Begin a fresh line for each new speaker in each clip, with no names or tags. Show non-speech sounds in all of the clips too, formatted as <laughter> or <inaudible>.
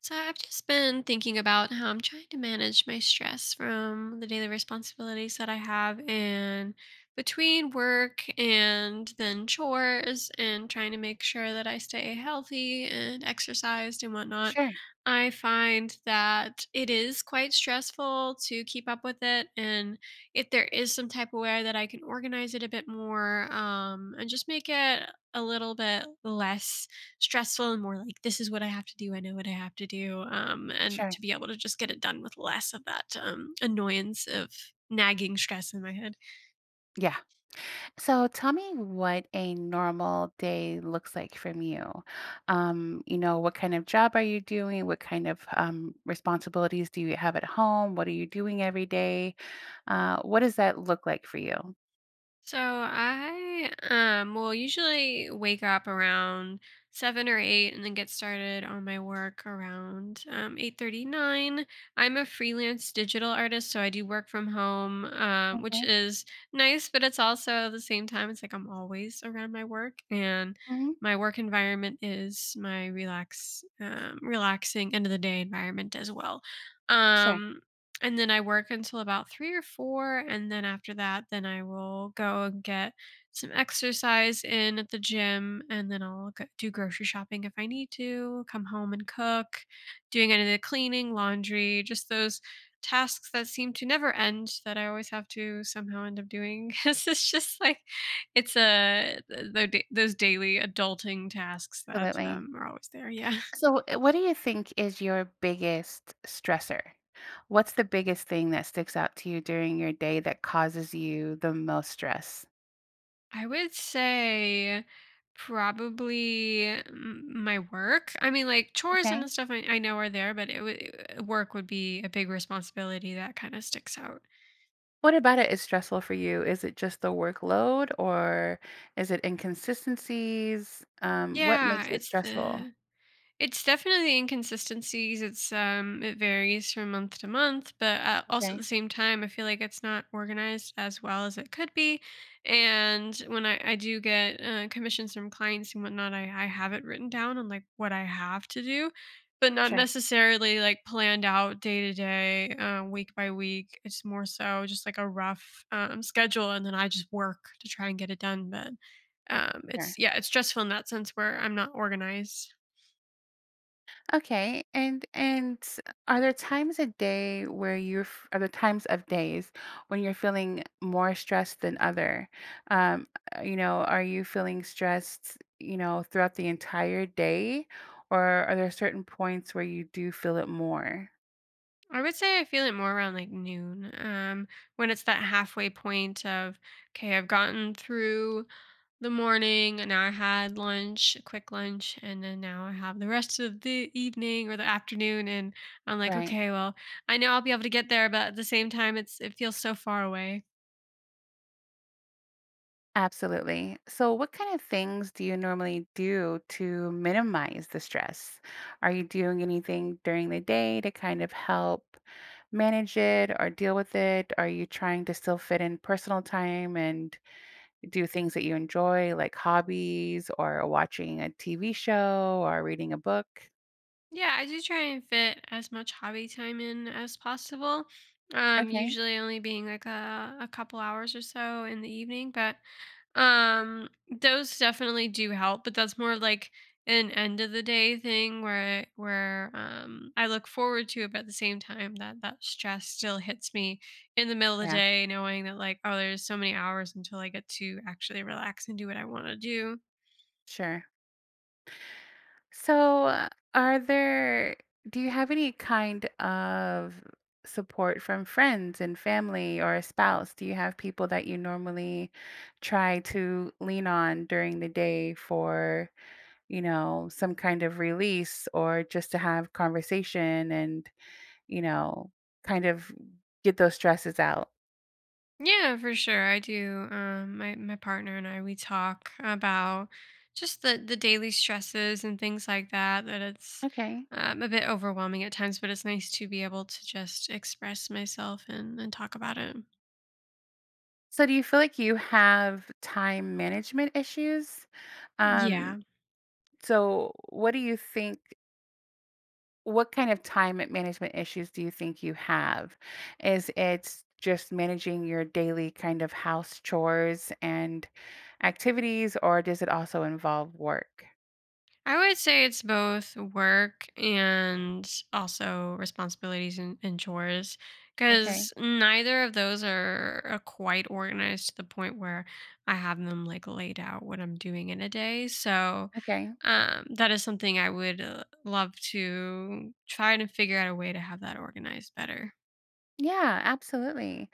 So I've just been thinking about how I'm trying to manage my stress from the daily responsibilities that I have and between work and then chores and trying to make sure that I stay healthy and exercised and whatnot.
Sure,
I find that it is quite stressful to keep up with it. And if there is some type of way that I can organize it a bit more, and just make it a little bit less stressful and more like this is what I have to do. I know what I have to do. And
sure.
to be able to just get it done with less of that annoyance of nagging stress in my head.
Yeah. So tell me what a normal day looks like from you. What kind of job are you doing? What kind of responsibilities do you have at home? What are you doing every day? What does that look like for you?
So I will usually wake up around seven or eight and then get started on my work around 8.39. I'm a freelance digital artist, so I do work from home, which
Okay.
is nice, but it's also at the same time it's like I'm always around my work, and
Hmm.
my work environment is my relaxing end of the day environment as well.
Sure.
um and then I work until about 3 or 4, and then after that, then I will go and get some exercise in at the gym, and then I'll go do grocery shopping if I need to, come home and cook, doing any of the cleaning, laundry, just those tasks that seem to never end that I always have to somehow end up doing. <laughs> 'Cause it's just like it's, a th tho da- those daily adulting tasks that,
Absolutely.
are always there. Yeah.
So, what do you think is your biggest stressor? What's the biggest thing that sticks out to you during your day that causes you the most stress?
I would say probably my work. I mean, like chores
Okay.
and stuff I know are there, but it would work would be a big responsibility that kind of sticks out.
What about it is stressful for you? Is it just the workload or is it inconsistencies? What
Yeah,
makes it
it's
stressful?
the It's definitely inconsistencies. It's it varies from month to month, but also at
Okay,
the same time I feel like it's not organized as well as it could be. And when I do get commissions from clients and whatnot, I have it written down on like what I have to do, but not
sure,
necessarily like planned out day to day, week by week. It's more so just like a rough, schedule, and then I just work to try and get it done. But it's
sure.
yeah, it's stressful in that sense where I'm not organized.
Okay, and are there times a day where are there times of days when you're feeling more stressed than other? Um, are you feeling stressed, you know, throughout the entire day, or are there certain points where you do feel it more?
I would say I feel it more around like noon, when it's that halfway point of, okay, I've gotten through the morning and now I had lunch, a quick lunch, and then now I have the rest of the evening or the afternoon. And I'm like,
Right.
okay, well, I know I'll be able to get there, but at the same time, it feels so far away.
Absolutely. So, what kind of things do you normally do to minimize the stress? Are you doing anything during the day to kind of help manage it or deal with it? Are you trying to still fit in personal time and do things that you enjoy, like hobbies or watching a TV show or reading a book?
Yeah, I do try and fit as much hobby time in as possible.
Okay.
Usually only being like a couple hours or so in the evening, but those definitely do help, but that's more like an end of the day thing where I look forward to it, but at the same time that stress still hits me in the middle of the
Yeah,
day, knowing that like, oh, there's so many hours until I get to actually relax and do what I want to do.
sure. So, are there do you have any kind of support from friends and family or a spouse? Do you have people that you normally try to lean on during the day for, you know, some kind of release or just to have conversation and, you know, kind of get those stresses out?
Yeah, for sure. I do. My partner and I, we talk about just the daily stresses and things like that. That it's
Okay.
a bit overwhelming at times, but it's nice to be able to just express myself and talk about it.
So, do you feel like you have time management issues? Um,
Yeah,
so what do you think what kind of time management issues do you think you have? Is it just managing your daily kind of house chores and activities, or does it also involve work?
I would say it's both work and also responsibilities and chores
Okay.
because neither of are quite organized to the point where I have them like laid out what I'm doing in a day. So
Okay.
That is something I would love to try to figure out a way to have that organized better.
Yeah, absolutely.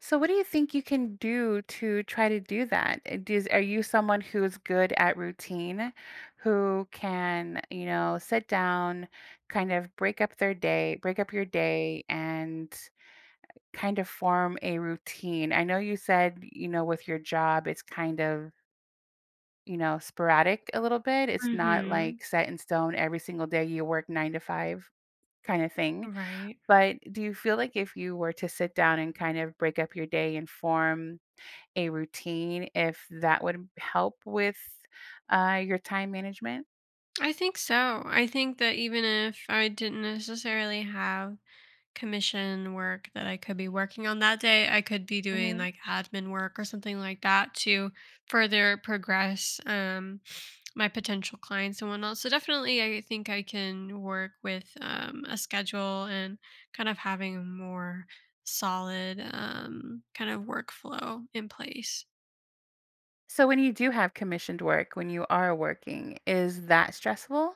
So what do you think you can do to try to do that? Does, are you someone who's good at routine, who can, you know, sit down, kind of break up their day, break up your day and kind of form a routine? I know you said, you know, with your job, it's kind of, you know, sporadic a little bit. It's not
Mhm.
like set in stone every single day you work nine to five kind of thing.
Right.
But do you feel like if you were to sit down and kind of break up your day and form a routine, if that would help with your time management?
I think so. I think that even if I didn't necessarily have commission work that I could be working on that day. I could be doing like admin work or something like that to further progress my potential clients and whatnot. So definitely, I think I can work with, a schedule and kind of having a more solid, kind of workflow in place.
So when you do have commissioned work, when you are working, is that stressful?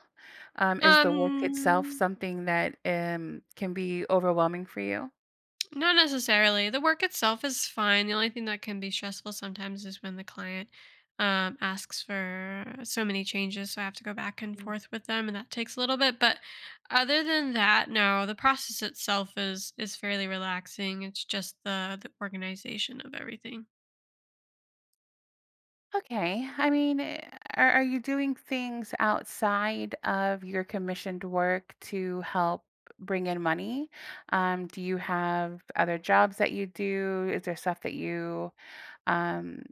Is the work itself
Um,
something that can be overwhelming for you?
Not necessarily. The work itself is fine. The only thing that can be stressful sometimes is when the client asks for so many changes. So I have to go back and forth with them, and that takes a little bit. But other than that, no, the process itself is fairly relaxing. It's just the organization of everything.
Okay. Are you doing things outside of your commissioned work to help bring in money? Do you have other jobs that you do? Is there stuff that you um,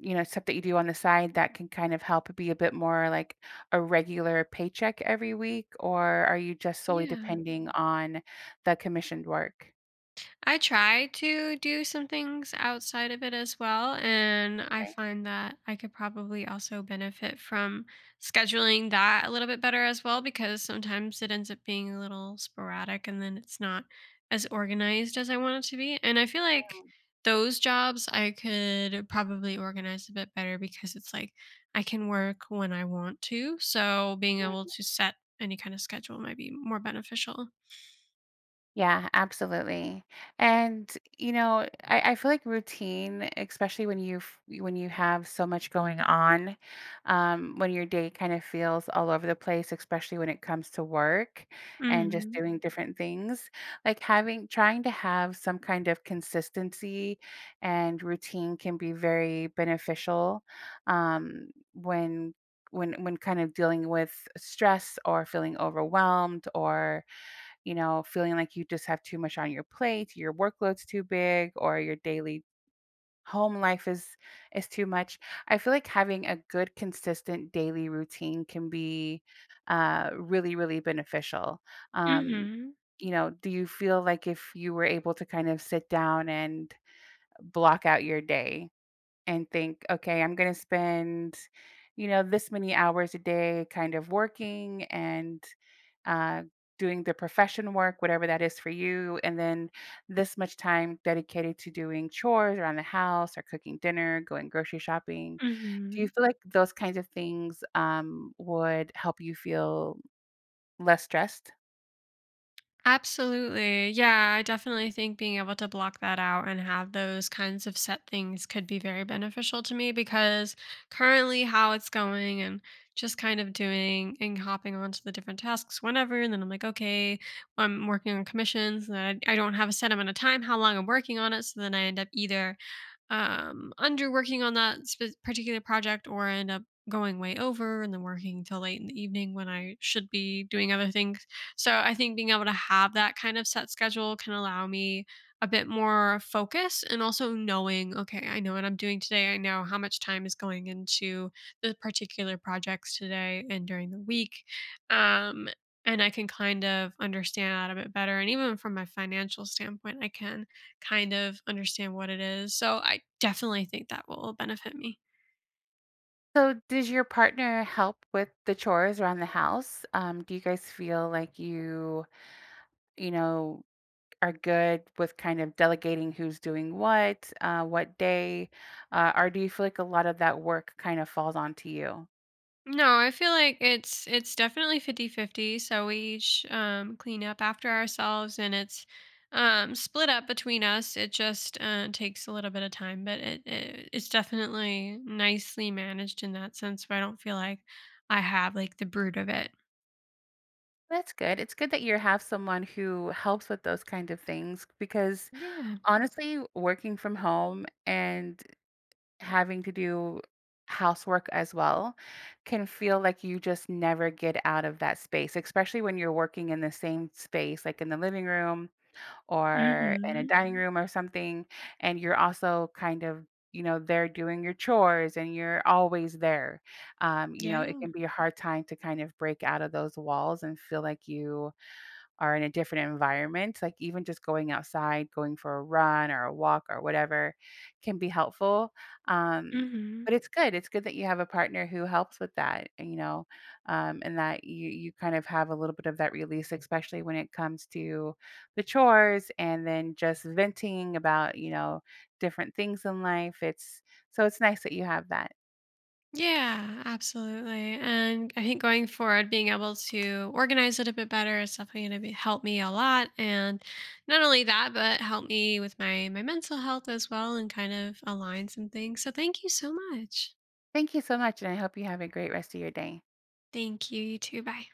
stuff that you do on the side that can kind of help be a bit more like a regular paycheck every week, or are you just solely
Yeah.
depending on the commissioned work?
I try to do some things outside of it as well, and I
Right.
find that I could probably also benefit from scheduling that a little bit better as well, because sometimes it ends up being a little sporadic and then it's not as organized as I want it to be. And I feel like those jobs I could probably organize a bit better because it's like I can work when I want to. So being able to set any kind of schedule might be more beneficial.
Yeah, absolutely. And you know, I feel like routine, especially when you have so much going on, when your day kind of feels all over the place, especially when it comes to work and just
Mhm.
doing different things, like having trying to have some kind of consistency and routine can be very beneficial when when kind of dealing with stress or feeling overwhelmed or you know, feeling like you just have too much on your plate, your workload's too big, or your daily home life is too much. I feel like having a good consistent daily routine can be really really beneficial. Um
Mhm.
you know, do you feel like if you were able to kind of sit down and block out your day and think, okay, I'm going to spend, you know, this many hours a day kind of working and uh, doing the profession work, whatever that is for you, and then this much time dedicated to doing chores around the house or cooking dinner, going grocery shopping. Do you
Mhm.
feel like those kinds of things would help you feel less stressed?
Absolutely. Yeah, I definitely think being able to block that out and have those kinds of set things could be very beneficial to me, because currently how it's going and just kind of doing and hopping onto the different tasks whenever. And then I'm like, okay, I'm working on commissions and I don't have a set amount of time how long I'm working on it. So then I end up either, under working on that particular project, or I end up going way over and then working till late in the evening when I should be doing other things. So I think being able to have that kind of set schedule can allow me a bit more focus, and also knowing, okay, I know what I'm doing today. I know how much time is going into the particular projects today and during the week. Um, and I can kind of understand that a bit better. And even from my financial standpoint, I can kind of understand what it is. So I definitely think that will benefit me.
So, does your partner help with the chores around the house? Do you guys feel like you know, are good with kind of delegating who's doing what day, or do you feel like a lot of that work kind of falls onto you?
No, I feel like it's definitely 50 50. So we each, clean up after ourselves and it's, split up between us. It just takes a little bit of time, but it it's definitely nicely managed in that sense. But I don't feel like I have like the brood of it.
That's good. It's good that you have someone who helps with those kind of things because
Yeah.
honestly, working from home and having to do housework as well can feel like you just never get out of that space, especially when you're working in the same space, like in the living room or in a
Mhm.
dining room or something, and you're also kind of, you know, there doing your chores and you're always there. You know, it
Yeah.
can be a hard time to kind of break out of those walls and feel like you are in a different environment, like even just going outside, going for a run or a walk or whatever can be helpful. Um,
Hmm.
but it's good. It's good that you have a partner who helps with that, and, you know, and that you kind of have a little bit of that release, especially when it comes to the chores and then just venting about, you know, different things in life. It's so it's nice that you have that.
Yeah, absolutely. And I think going forward, being able to organize it a bit better is definitely going to be, help me a lot. And not only that, but help me with my mental health as well, and kind of align some things. So thank you so much.
Thank you so much, and I hope you have a great rest of your day.
Thank you. You too. Bye.